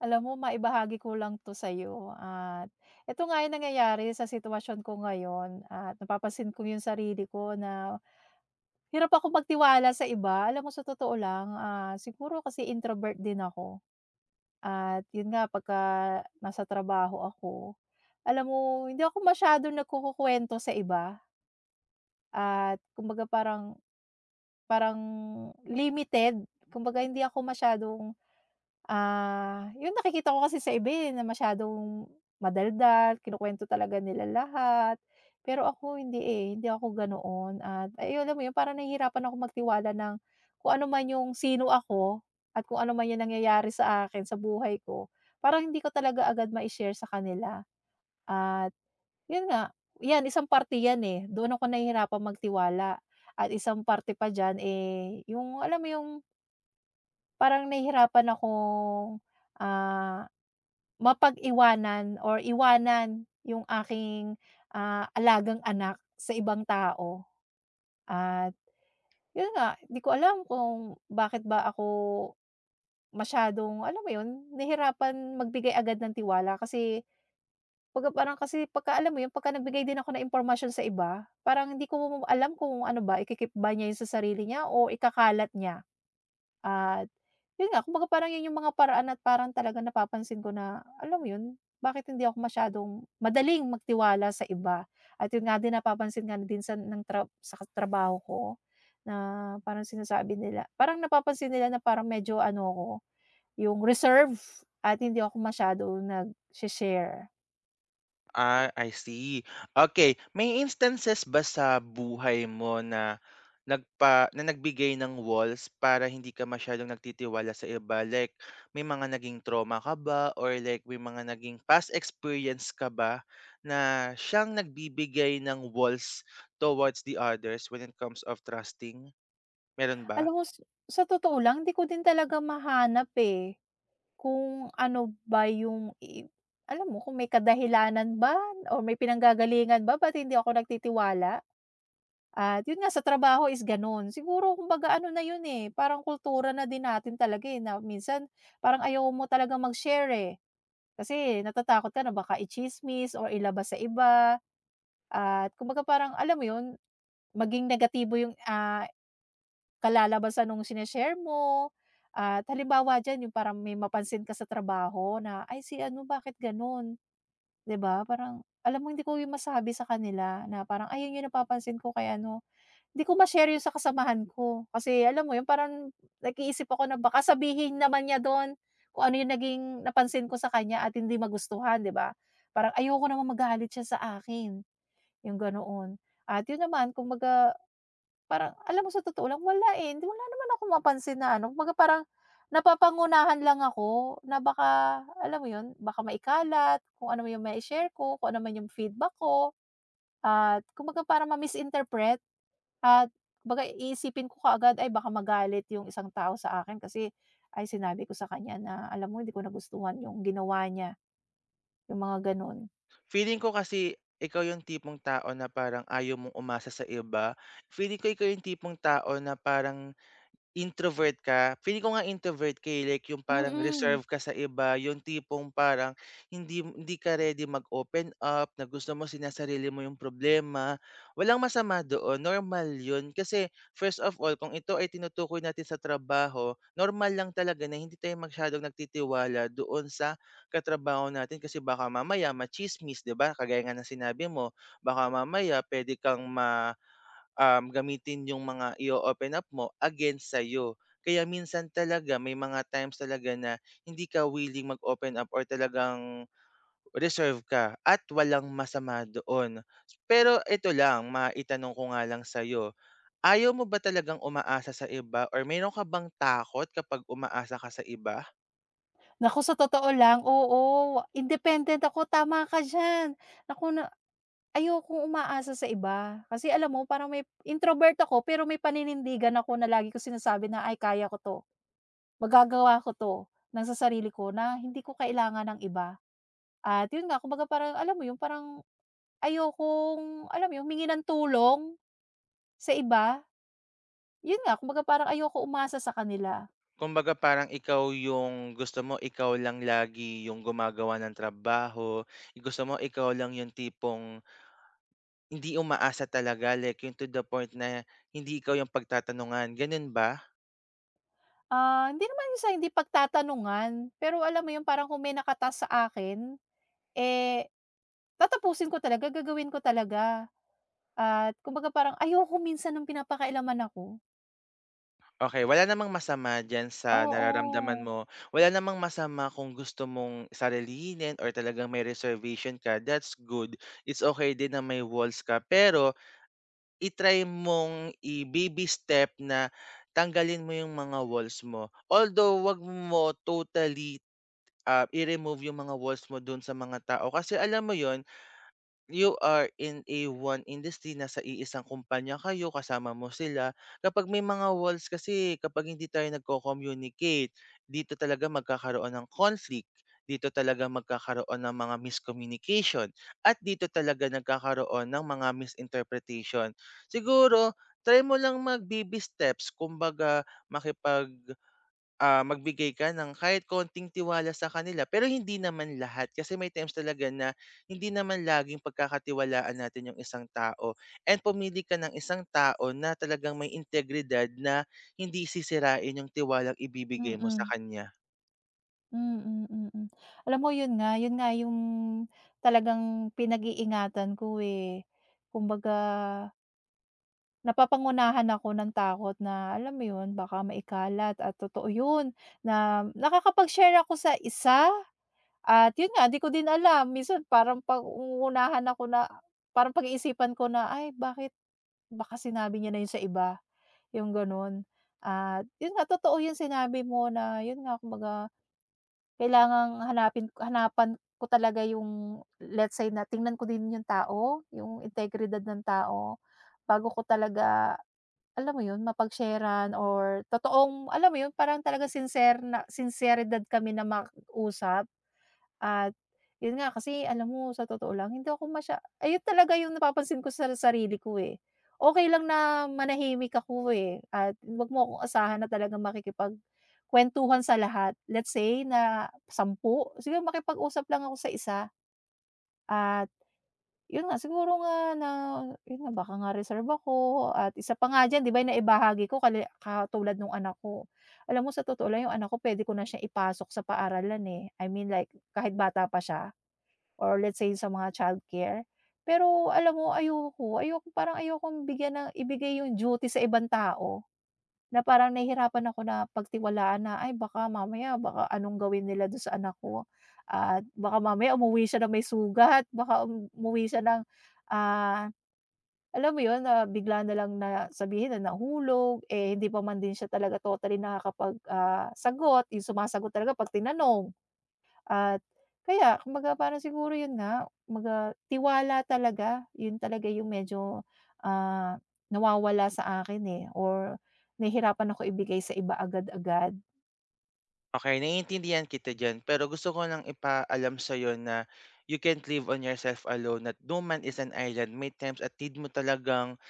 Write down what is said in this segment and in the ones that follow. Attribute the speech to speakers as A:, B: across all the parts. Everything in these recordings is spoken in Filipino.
A: Alam mo maibahagi ko lang 'to sa'yo at ito nga yung nangyayari sa sitwasyon ko ngayon at napapasin ko yung sarili ko na hirap ako magtiwala sa iba. Alam mo sa totoo lang, siguro kasi introvert din ako at yun nga pagka nasa trabaho ako, alam mo hindi ako masyadong nagkukukuwento sa iba at kumbaga parang parang limited. Kumbaga hindi ako masyadong 'yun nakikita ko kasi sa iba, eh, na masyadong madaldal, kinukuwento talaga nila lahat. Pero ako hindi, eh, hindi ako ganoon at ay alam mo 'yun, parang nahihirapan ako magtiwala ng kung ano man 'yung sino ako at kung ano man 'yung nangyayari sa akin, sa buhay ko. Parang hindi ko talaga agad ma share sa kanila at 'yun nga, 'yan isang parte 'yan, eh, doon ako nahihirapang magtiwala at isang parte pa diyan, eh, 'yung alam mo 'yung parang nahihirapan akong, ah mapag-iwanan or iwanan yung aking alagang anak sa ibang tao at yun nga, di ko alam kung bakit ba ako masyadong alam mo yun, nahirapan magbigay agad ng tiwala kasi pag parang kasi pagka alam mo yun, pagka nagbigay din ako ng impormasyon sa iba, parang hindi ko alam kung ano ba iki ba niya yun sa sarili niya o ikakalat niya. At yun nga, kumbaga parang yun yung mga paraan at parang talagang napapansin ko na, alam mo yun, bakit hindi ako masyadong madaling magtiwala sa iba. At yun nga din napapansin nga din sa trabaho ko na parang sinasabi nila, parang napapansin nila na parang medyo ano ako, yung reserve at hindi ako masyado nag-share.
B: Ah, I see. Okay, may instances ba sa buhay mo na nagpa na nagbigay ng walls para hindi ka masyadong nagtitiwala sa iba? Like, may mga naging trauma ka ba, or like may mga naging past experience ka ba na siyang nagbibigay ng walls towards the others when it comes of trusting? Meron ba?
A: Alam mo, sa totoo lang, hindi ko din talaga mahanap eh. Kung ano ba yung i alam mo kung may kadahilanan ba o may pinanggagalingan ba ba't hindi ako nagtitiwala? At yun nga sa trabaho is gano'n. Siguro kumbaga ano na yun, eh, parang kultura na din natin talaga, eh, na minsan parang ayaw mo talagang mag-share, eh. Kasi natatakot ka na baka itsismis or ilabas sa iba at kumbaga parang alam mo yun, maging negatibo yung kalalabasan nung shine-share mo at halimbawa diyan yung parang may mapansin ka sa trabaho na, "Ay si ano bakit gano'n?" 'Di ba parang alam mo hindi ko yung masabi sa kanila na parang, "Ay yun yung napapansin ko kay ano." Hindi ko ma-share yun sa kasamahan ko kasi alam mo yung parang nag-iisip ako na baka sabihin naman niya dun kung ano yung naging napansin ko sa kanya at hindi magustuhan 'di ba? Parang ayoko naman magalit siya sa akin, yung ganoon. At yun naman kumbaga parang alam mo sa totoo lang wala, eh, hindi wala naman ako mapansin na ano, kumbaga parang napapangunahan lang ako na baka alam mo 'yun, baka maikalat kung ano yung may share ko, kung ano man yung feedback ko at kumbaga parang ma-misinterpret at kumbaga iisipin ko kaagad, ay baka magalit yung isang tao sa akin kasi ay sinabi ko sa kanya na alam mo hindi ko nagustuhan yung ginawa niya, yung mga gano'n.
B: Feeling ko kasi ikaw yung tipong tao na parang ayaw mong umasa sa iba. Feeling ko ikaw yung tipong tao na parang introvert ka? Feeling ko nga introvert ka, eh, like yung parang
A: Mm.
B: reserve ka sa iba, yung tipong parang hindi hindi ka ready mag-open up, na gusto mo sinasarili mo yung problema. Walang masama doon, normal yun. Kasi first of all, kung ito ay tinutukoy natin sa trabaho, normal lang talaga na hindi tayo masyadong nagtitiwala doon sa katrabaho natin kasi baka mamaya machismis, 'di ba? Kagaya nga ng sinabi mo, baka mamaya pwede kang ma gamitin yung mga i open up mo against sa'yo. Kaya minsan talaga may mga times talaga na hindi ka willing mag-open up, or talagang reserve ka, at walang masama doon. Pero ito lang, maitanong ko nga lang sa'yo. Ayaw mo ba talagang umaasa sa iba, or meron ka bang takot kapag umaasa ka sa iba?
A: Naku, sa totoo lang, oo, independent ako, tama ka diyan. Naku na ayokong umaasa sa iba. Kasi alam mo parang may introvert ako pero may paninindigan ako na lagi ko sinasabi na, "Ay kaya ko 'to, magagawa ko 'to ng sa sarili ko na hindi ko kailangan ng iba." At yun nga, kumbaga parang alam mo yun, parang ayokong alam mo yun, humingi ng tulong sa iba. Yun nga, kumbaga parang ayoko umasa sa kanila.
B: Kumbaga parang ikaw yung gusto mo, ikaw lang lagi yung gumagawa ng trabaho, gusto mo ikaw lang yung tipong hindi umaasa talaga, like yung to the point na hindi ikaw yung pagtatanungan, ganun ba?
A: Ah, hindi naman yung sa hindi pagtatanungan, pero alam mo 'yun parang kung may naka sa akin, eh, tatapusin ko talaga, gagawin ko talaga at kumbaga parang ayoko minsan ng pinapakailaman ako.
B: Okay, wala namang masama diyan sa nararamdaman
A: Oo,
B: mo. Wala namang masama kung gusto mong sarilinin or talagang may reservation ka, that's good. It's okay din na may walls ka, pero i mong i-baby step na tanggalin mo yung mga walls mo. Although, 'wag mo totally, i-remove yung mga walls mo dun sa mga tao kasi alam mo yon. You are in a one industry, nasa iisang kumpanya kayo, kasama mo sila. Kapag may mga walls kasi, kapag hindi tayo nagko-communicate, dito talaga magkakaroon ng conflict, dito talaga magkakaroon ng mga miscommunication, at dito talaga nagkakaroon ng mga misinterpretation. Siguro, try mo lang mag-baby steps, kumbaga makipag magbigay ka ng kahit konting tiwala sa kanila, pero hindi naman lahat kasi may times talaga na hindi naman laging pagkakatiwalaan natin yung isang tao. And pumili ka ng isang tao na talagang may integridad na hindi sisirain yung tiwalang ibibigay mo sa
A: mm.
B: kanya.
A: Mm, mm. Alam mo 'yun nga yung talagang pinag-iingatan ko, eh. Kumbaga napapangunahan ako ng takot na alam mo 'yun, baka maikalat at totoo 'yun na nakakapag-share ako sa isa. At yun nga, di ko din alam minsan parang pangungunahan ako na parang pag-iisipan ko na, "Ay bakit baka sinabi niya na yun sa iba," yung ganun. At yun nga totoo yung sinabi mo na yun nga kumbaga kailangang hanapin hanapan ko talaga yung let's say na tingnan ko din yung tao, yung integridad ng tao bago ko talaga alam mo yun, mapagsharean or totoong alam mo yun, parang talaga sincere na sinceridad kami na mag-usap. At yun nga, kasi alam mo sa totoo lang hindi ako masya ayun talaga yung napapansin ko sa sarili ko, eh. Okay lang na manahimik ako, eh, at wag mo akong asahan na talagang makikipagkuwentuhan sa lahat. Let's say na sampu siguro makipag-usap lang ako sa isa at yun nga, siguro nga na yun nga, baka nga reserve ako at isa pa nga diyan, 'di ba, yung naibahagi ko kali katulad nung anak ko. Alam mo sa totoo lang yung anak ko pwede ko na siya ipasok sa paaralan, eh. I mean like kahit bata pa siya. Or let's say sa mga childcare. Pero alam mo ayoko, ayoko parang ayokong bigyan ng ibigay yung duty sa ibang tao, na parang nahihirapan ako na pagtiwalaan na, ay baka mamaya baka anong gawin nila dun sa anak ko at baka mamaya umuwi siya na may sugat, baka umuwi siya ng, ah, alam mo yun na bigla na lang na sabihin na nahulog, eh, hindi pa man din siya talaga totally nakakapag sagot, yung sumasagot talaga 'pag tinanong. At kaya kumbaga parang siguro yun nga, kumbaga tiwala talaga, yun talaga yung medyo, ah, nawawala sa akin, eh, or nahihirapan ako ibigay sa iba agad-agad.
B: Okay, naiintindihan kita dyan. Pero gusto ko lang ipaalam sa'yo na you can't live on yourself alone. That no man is an island. May times at need mo talagang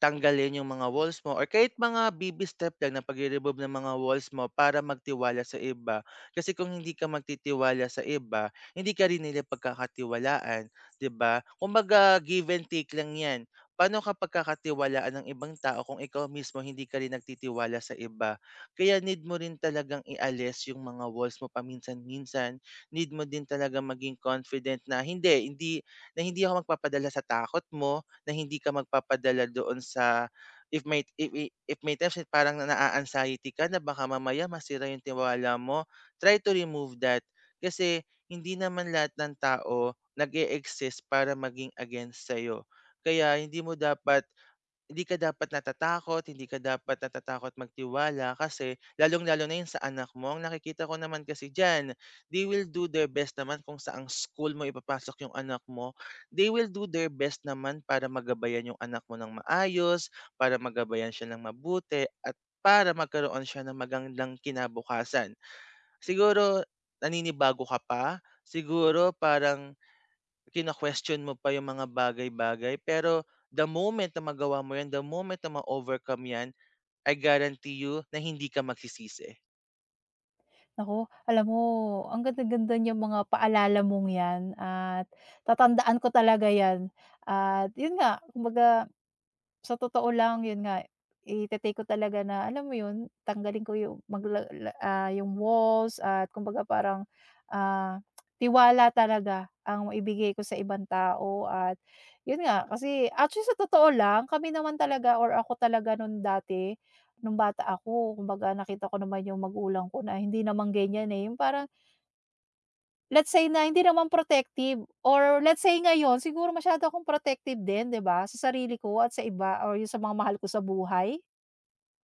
B: tanggalin yung mga walls mo, or kahit mga baby step lang na pag remove ng mga walls mo para magtiwala sa iba. Kasi kung hindi ka magtitiwala sa iba, hindi ka rin nila pagkakatiwalaan, 'di ba? Kumbaga give and take lang 'yan. Paano ka pagkakatiwalaan ng ibang tao kung ikaw mismo hindi ka rin nagtitiwala sa iba? Kaya need mo rin talagang ialis yung mga walls mo paminsan-minsan. Need mo din talaga maging confident na hindi ako magpapadala sa takot mo, na hindi ka magpapadala doon sa if may if i if may times na parang naa-anxiety ka na baka mamaya masira yung tiwala mo, try to remove that. Kasi hindi naman lahat ng tao nag exist para maging against sa'yo. Kaya hindi ka dapat natatakot, hindi ka dapat natatakot magtiwala kasi lalong-lalo na 'yun sa anak mo. Ang nakikita ko naman kasi diyan, they will do their best naman kung saang school mo ipapasok yung anak mo. They will do their best naman para magabayan yung anak mo ng maayos, para magabayan siya ng mabuti at para magkaroon siya ng magandang kinabukasan. Siguro naninibago ka pa, siguro parang kina question mo pa yung mga bagay-bagay, pero the moment na magawa mo yan, the moment na ma-overcome yan, I guarantee you na hindi ka magsisisi.
A: Naku, alam mo ang ganda-ganda niyang mga paalala mong yan at tatandaan ko talaga yan at yun nga kumbaga sa totoo lang, yun nga, ite-take ko talaga na alam mo yun, tanggalin ko yung yung walls at kumbaga parang, ah, tiwala talaga ang maibigay ko sa ibang tao at yun nga, kasi actually sa totoo lang, kami naman talaga or ako talaga nun dati, nung bata ako kumbaga nakita ko naman yung magulang ko na hindi naman ganyan, eh, yung parang let's say na hindi naman protective or let's say ngayon siguro masyado akong protective din, 'di ba, sa sarili ko at sa iba or yung sa mga mahal ko sa buhay.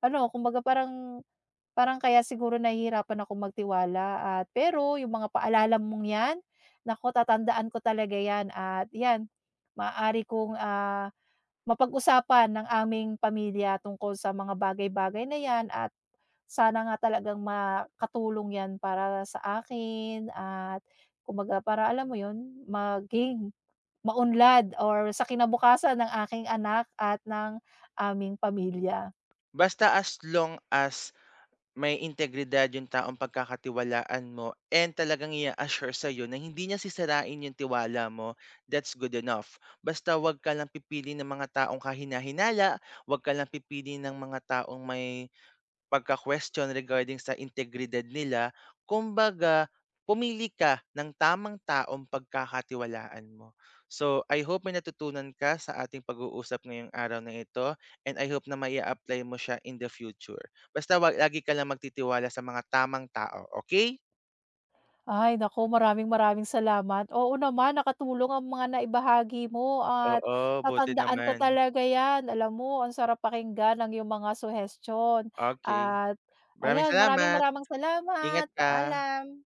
A: Ano, kumbaga parang parang kaya siguro nahihirapan ako magtiwala at pero yung mga paalala mong 'yan, naku tatandaan ko talaga 'yan at 'yan, maaari kong mapag-usapan ng aming pamilya tungkol sa mga bagay-bagay na 'yan at sana nga talagang makatulong 'yan para sa akin at kumbaga para alam mo 'yun, maging maunlad or sa kinabukasan ng aking anak at ng aming pamilya.
B: Basta as long as may integridad yung taong pagkakatiwalaan mo and talagang i-assure sa'yo na hindi niya sisirain yung tiwala mo, that's good enough. Basta wag ka lang pipili ng mga taong kahinahinala, wag ka lang pipili ng mga taong may pagka-question regarding sa integridad nila, kumbaga pumili ka ng tamang taong pagkakatiwalaan mo. So, I hope may natutunan ka sa ating pag-uusap ngayong araw na ito, and I hope na maia-apply mo siya in the future. Basta wag lagi ka lang magtitiwala sa mga tamang tao, okay.
A: Ay naku, maraming maraming salamat. Oo naman, nakatulong ang mga naibahagi mo at
B: Oo, buti
A: tatandaan ko
B: naman.
A: talaga 'yan. Alam mo ang sarap pakinggan ang iyong mga suhestyon
B: Okay.
A: at
B: Maraming
A: ayan, maraming
B: salamat.
A: maraming
B: Ingat
A: salamat.
B: ka.
A: Paalam.